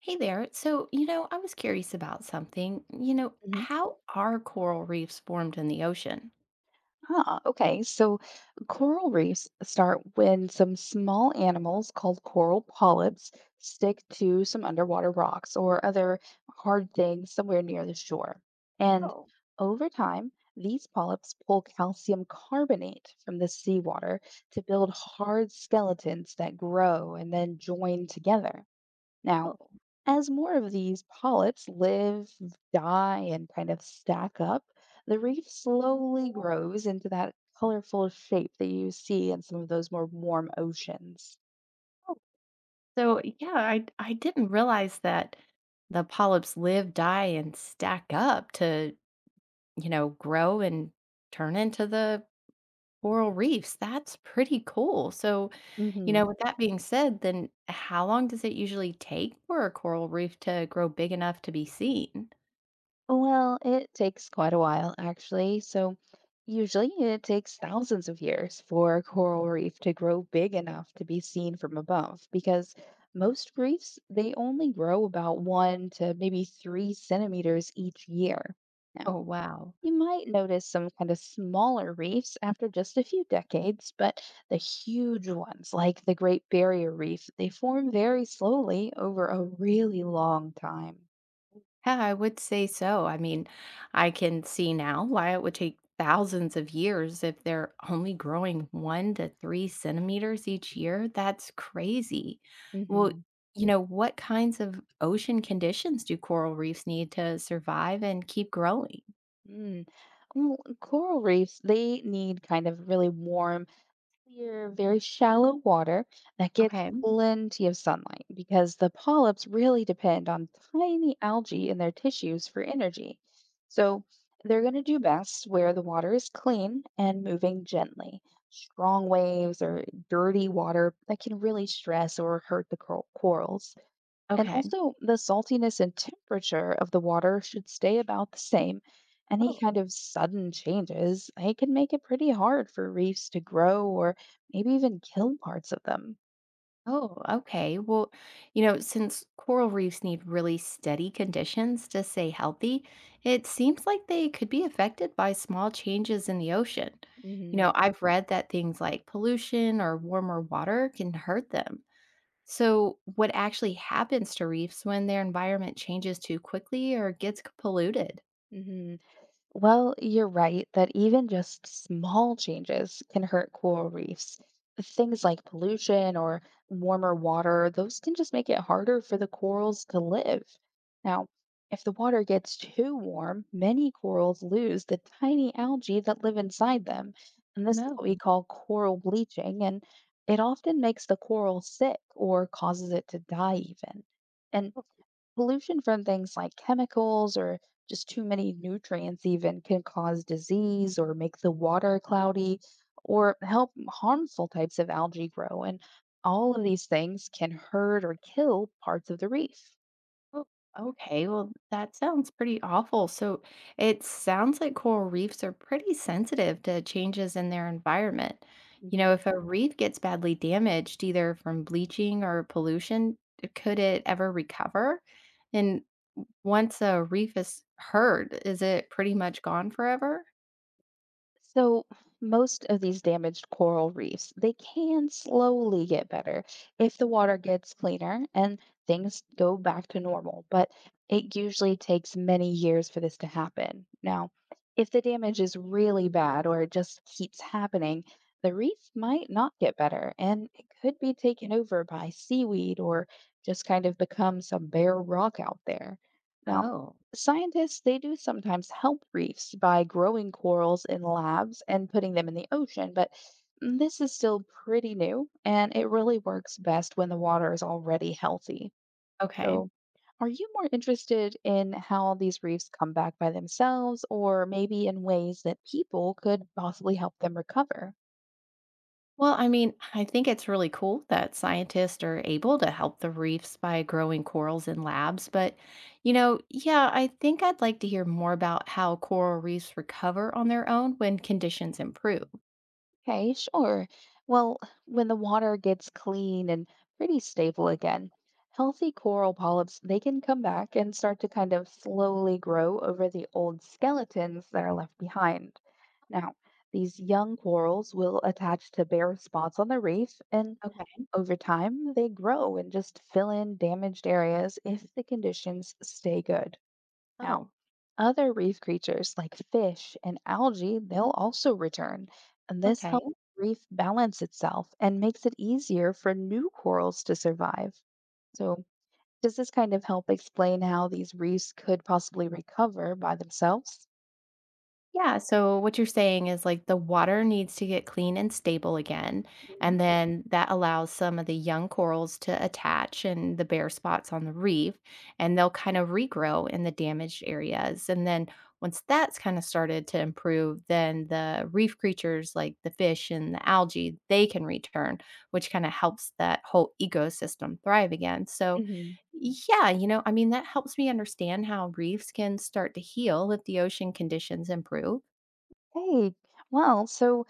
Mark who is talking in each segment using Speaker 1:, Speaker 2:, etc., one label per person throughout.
Speaker 1: Hey there. So, I was curious about something. You know,
Speaker 2: Mhm.
Speaker 1: how are coral reefs formed in the ocean?
Speaker 2: Ah, okay. So coral reefs start when some small animals called coral polyps stick to some underwater rocks or other hard things somewhere near the shore. And
Speaker 1: Oh,
Speaker 2: over time, these polyps pull calcium carbonate from the seawater to build hard skeletons that grow and then join together. Now,
Speaker 1: oh,
Speaker 2: As more of these polyps live, die, and kind of stack up, the reef slowly grows into that colorful shape that you see in some of those more warm oceans.
Speaker 1: oh. So, yeah, I didn't realize that the polyps live, die, and stack up to, grow and turn into the coral reefs. That's pretty cool. So,
Speaker 2: hmm
Speaker 1: with that being said, then how long does it usually take for a coral reef to grow big enough to be seen?
Speaker 2: Well, it takes quite a while, actually. So, usually it takes thousands of years for a coral reef to grow big enough to be seen from above because most reefs, they only grow about 1 to maybe 3 centimeters each year. Now,
Speaker 1: Oh, wow.
Speaker 2: You might notice some kind of smaller reefs after just a few decades, but the huge ones, like the Great Barrier Reef, they form very slowly over a really long time.
Speaker 1: Yeah, I would say so. I mean, I can see now why it would take thousands of years if they're only growing one to three centimeters each year. That's crazy. Well,
Speaker 2: hmm
Speaker 1: what kinds of ocean conditions do coral reefs need to survive and keep growing?
Speaker 2: Mm. Well, coral reefs, they need kind of really warm, clear, very shallow water that gets
Speaker 1: Okay.
Speaker 2: plenty of sunlight because the polyps really depend on tiny algae in their tissues for energy. So they're going to do best where the water is clean and moving gently. Strong waves or dirty water that can really stress or hurt the corals. And
Speaker 1: Okay.
Speaker 2: also, the saltiness and temperature of the water should stay about the same. Any
Speaker 1: Oh.
Speaker 2: kind of sudden changes, they can make it pretty hard for reefs to grow or maybe even kill parts of them.
Speaker 1: Oh, okay. Well, since coral reefs need really steady conditions to stay healthy, it seems like they could be affected by small changes in the ocean.
Speaker 2: Mm-hmm.
Speaker 1: I've read that things like pollution or warmer water can hurt them. So, what actually happens to reefs when their environment changes too quickly or gets polluted?
Speaker 2: Mm-hmm. Well, you're right that even just small changes can hurt coral reefs. Things like pollution or warmer water, those can just make it harder for the corals to live. Now, if the water gets too warm, many corals lose the tiny algae that live inside them. And this is
Speaker 1: No.
Speaker 2: what we call coral bleaching. And it often makes the coral sick or causes it to die, even. And pollution from things like chemicals or just too many nutrients even can cause disease or make the water cloudy or help harmful types of algae grow. And all of these things can hurt or kill parts of the reef.
Speaker 1: Oh, okay. Well, that sounds pretty awful. So it sounds like coral reefs are pretty sensitive to changes in their environment. You
Speaker 2: Mhm.
Speaker 1: know, if a reef gets badly damaged, either from bleaching or pollution, could it ever recover? And once a reef is hurt, is it pretty much gone forever?
Speaker 2: So most of these damaged coral reefs, they can slowly get better if the water gets cleaner and things go back to normal, but it usually takes many years for this to happen. Now, if the damage is really bad or it just keeps happening, the reef might not get better and it could be taken over by seaweed or just kind of become some bare rock out there. Now,
Speaker 1: Oh,
Speaker 2: Scientists, they do sometimes help reefs by growing corals in labs and putting them in the ocean, but this is still pretty new and it really works best when the water is already healthy.
Speaker 1: okay.
Speaker 2: So, are you more interested in how these reefs come back by themselves or maybe in ways that people could possibly help them recover?
Speaker 1: Well, I mean, I think it's really cool that scientists are able to help the reefs by growing corals in labs. But, yeah, I think I'd like to hear more about how coral reefs recover on their own when conditions improve.
Speaker 2: Okay, sure. Well, when the water gets clean and pretty stable again, healthy coral polyps, they can come back and start to kind of slowly grow over the old skeletons that are left behind. Now, these young corals will attach to bare spots on the reef, and
Speaker 1: Okay.
Speaker 2: over time, they grow and just fill in damaged areas if the conditions stay good. Now,
Speaker 1: Oh,
Speaker 2: other reef creatures like fish and algae, they'll also return, and this
Speaker 1: okay.
Speaker 2: helps the reef balance itself and makes it easier for new corals to survive. So, does this kind of help explain how these reefs could possibly recover by themselves?
Speaker 1: Yeah, so what you're saying is like the water needs to get clean and stable again, and then that allows some of the young corals to attach in the bare spots on the reef, and they'll kind of regrow in the damaged areas. And then once that's kind of started to improve, then the reef creatures like the fish and the algae, they can return, which kind of helps that whole ecosystem thrive again. So,
Speaker 2: Mm-hmm.
Speaker 1: yeah, I mean, that helps me understand how reefs can start to heal if the ocean conditions improve.
Speaker 2: Hey, well, so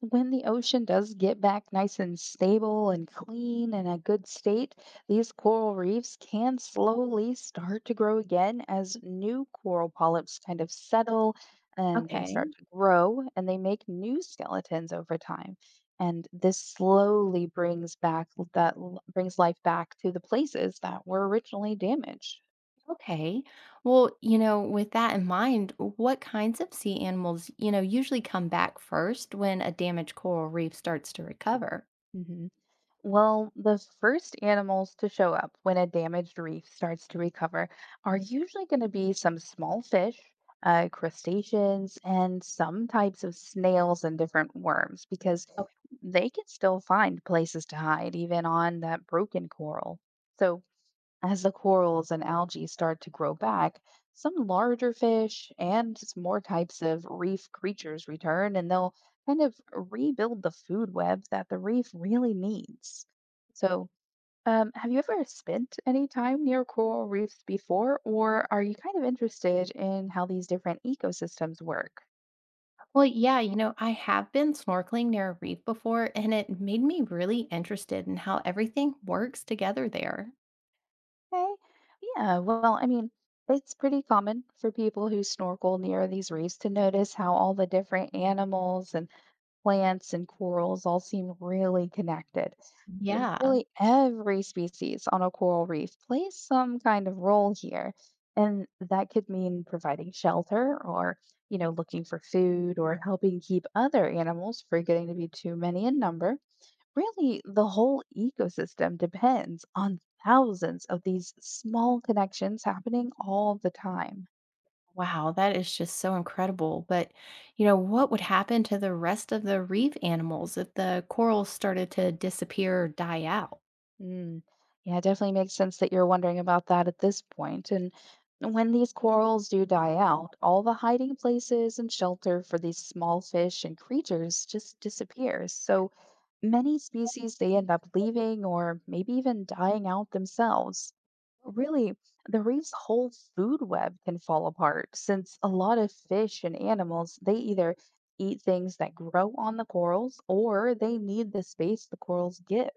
Speaker 2: when the ocean does get back nice and stable and clean and a good state, these coral reefs can slowly start to grow again as new coral polyps kind of settle and they start
Speaker 1: Okay.
Speaker 2: to grow and they make new skeletons over time. And this slowly brings back brings life back to the places that were originally damaged.
Speaker 1: Okay. Well, with that in mind, what kinds of sea animals, usually come back first when a damaged coral reef starts to recover?
Speaker 2: Mhm. Well, the first animals to show up when a damaged reef starts to recover are usually going to be some small fish, crustaceans, and some types of snails and different worms because
Speaker 1: Okay.
Speaker 2: they can still find places to hide even on that broken coral. So, as the corals and algae start to grow back, some larger fish and more types of reef creatures return and they'll kind of rebuild the food web that the reef really needs. So, have you ever spent any time near coral reefs before, or are you kind of interested in how these different ecosystems work?
Speaker 1: Well, yeah, I have been snorkeling near a reef before, and it made me really interested in how everything works together there.
Speaker 2: Okay. Yeah, well, I mean, it's pretty common for people who snorkel near these reefs to notice how all the different animals and plants and corals all seem really connected. And
Speaker 1: Yeah.
Speaker 2: really, every species on a coral reef plays some kind of role here. And that could mean providing shelter or, you know, looking for food or helping keep other animals from getting to be too many in number. Really, the whole ecosystem depends on thousands of these small connections happening all the time.
Speaker 1: Wow, that is just so incredible. But, what would happen to the rest of the reef animals if the corals started to disappear or die out?
Speaker 2: Mm. Yeah, it definitely makes sense that you're wondering about that at this point. And when these corals do die out, all the hiding places and shelter for these small fish and creatures just disappears. So many species they end up leaving or maybe even dying out themselves. Really, the reef's whole food web can fall apart since a lot of fish and animals, they either eat things that grow on the corals or they need the space the corals give.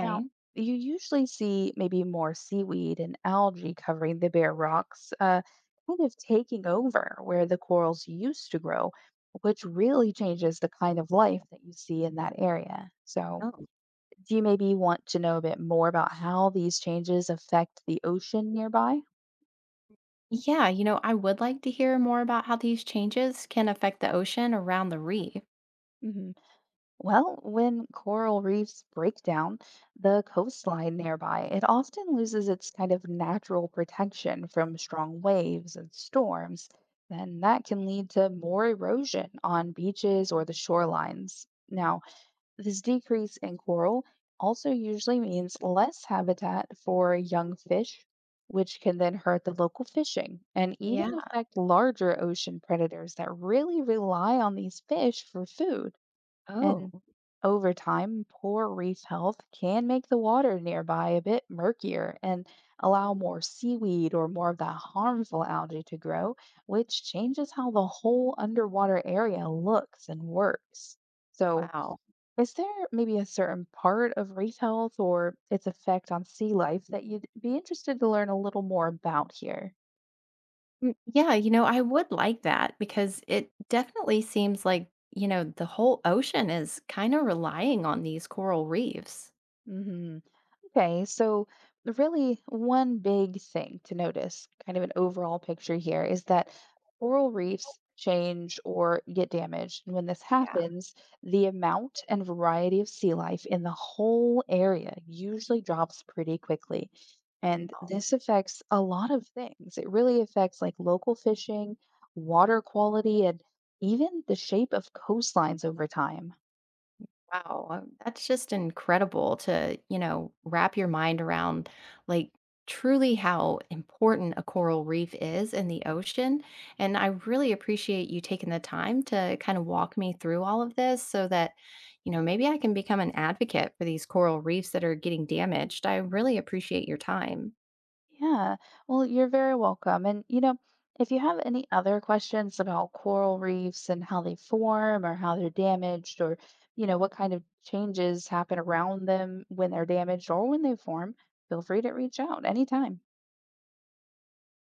Speaker 2: Now, you usually see maybe more seaweed and algae covering the bare rocks, kind of taking over where the corals used to grow, which really changes the kind of life that you see in that area. So, do you maybe want to know a bit more about how these changes affect the ocean nearby?
Speaker 1: Yeah, I would like to hear more about how these changes can affect the ocean around the reef.
Speaker 2: Well, when coral reefs break down the coastline nearby, it often loses its kind of natural protection from strong waves and storms. Then that can lead to more erosion on beaches or the shorelines. Now, this decrease in coral also usually means less habitat for young fish, which can then hurt the local fishing and
Speaker 1: Yeah.
Speaker 2: even affect larger ocean predators that really rely on these fish for food. And
Speaker 1: Oh,
Speaker 2: over time, poor reef health can make the water nearby a bit murkier and allow more seaweed or more of that harmful algae to grow, which changes how the whole underwater area looks and works. So,
Speaker 1: wow.
Speaker 2: is there maybe a certain part of reef health or its effect on sea life that you'd be interested to learn a little more about here?
Speaker 1: Mm, yeah, I would like that because it definitely seems like, the whole ocean is kind of relying on these coral reefs.
Speaker 2: Mhm. Okay, so really one big thing to notice, kind of an overall picture here, is that coral reefs change or get damaged. And when this
Speaker 1: Yeah.
Speaker 2: happens, the amount and variety of sea life in the whole area usually drops pretty quickly. And
Speaker 1: Oh.
Speaker 2: this affects a lot of things. It really affects like local fishing, water quality, and even the shape of coastlines over time.
Speaker 1: Wow, that's just incredible to, wrap your mind around like truly how important a coral reef is in the ocean. And I really appreciate you taking the time to kind of walk me through all of this so that, maybe I can become an advocate for these coral reefs that are getting damaged. I really appreciate your time.
Speaker 2: Yeah, well, you're very welcome. And, you know, if you have any other questions about coral reefs and how they form or how they're damaged or, you know, what kind of changes happen around them when they're damaged or when they form, feel free to reach out anytime.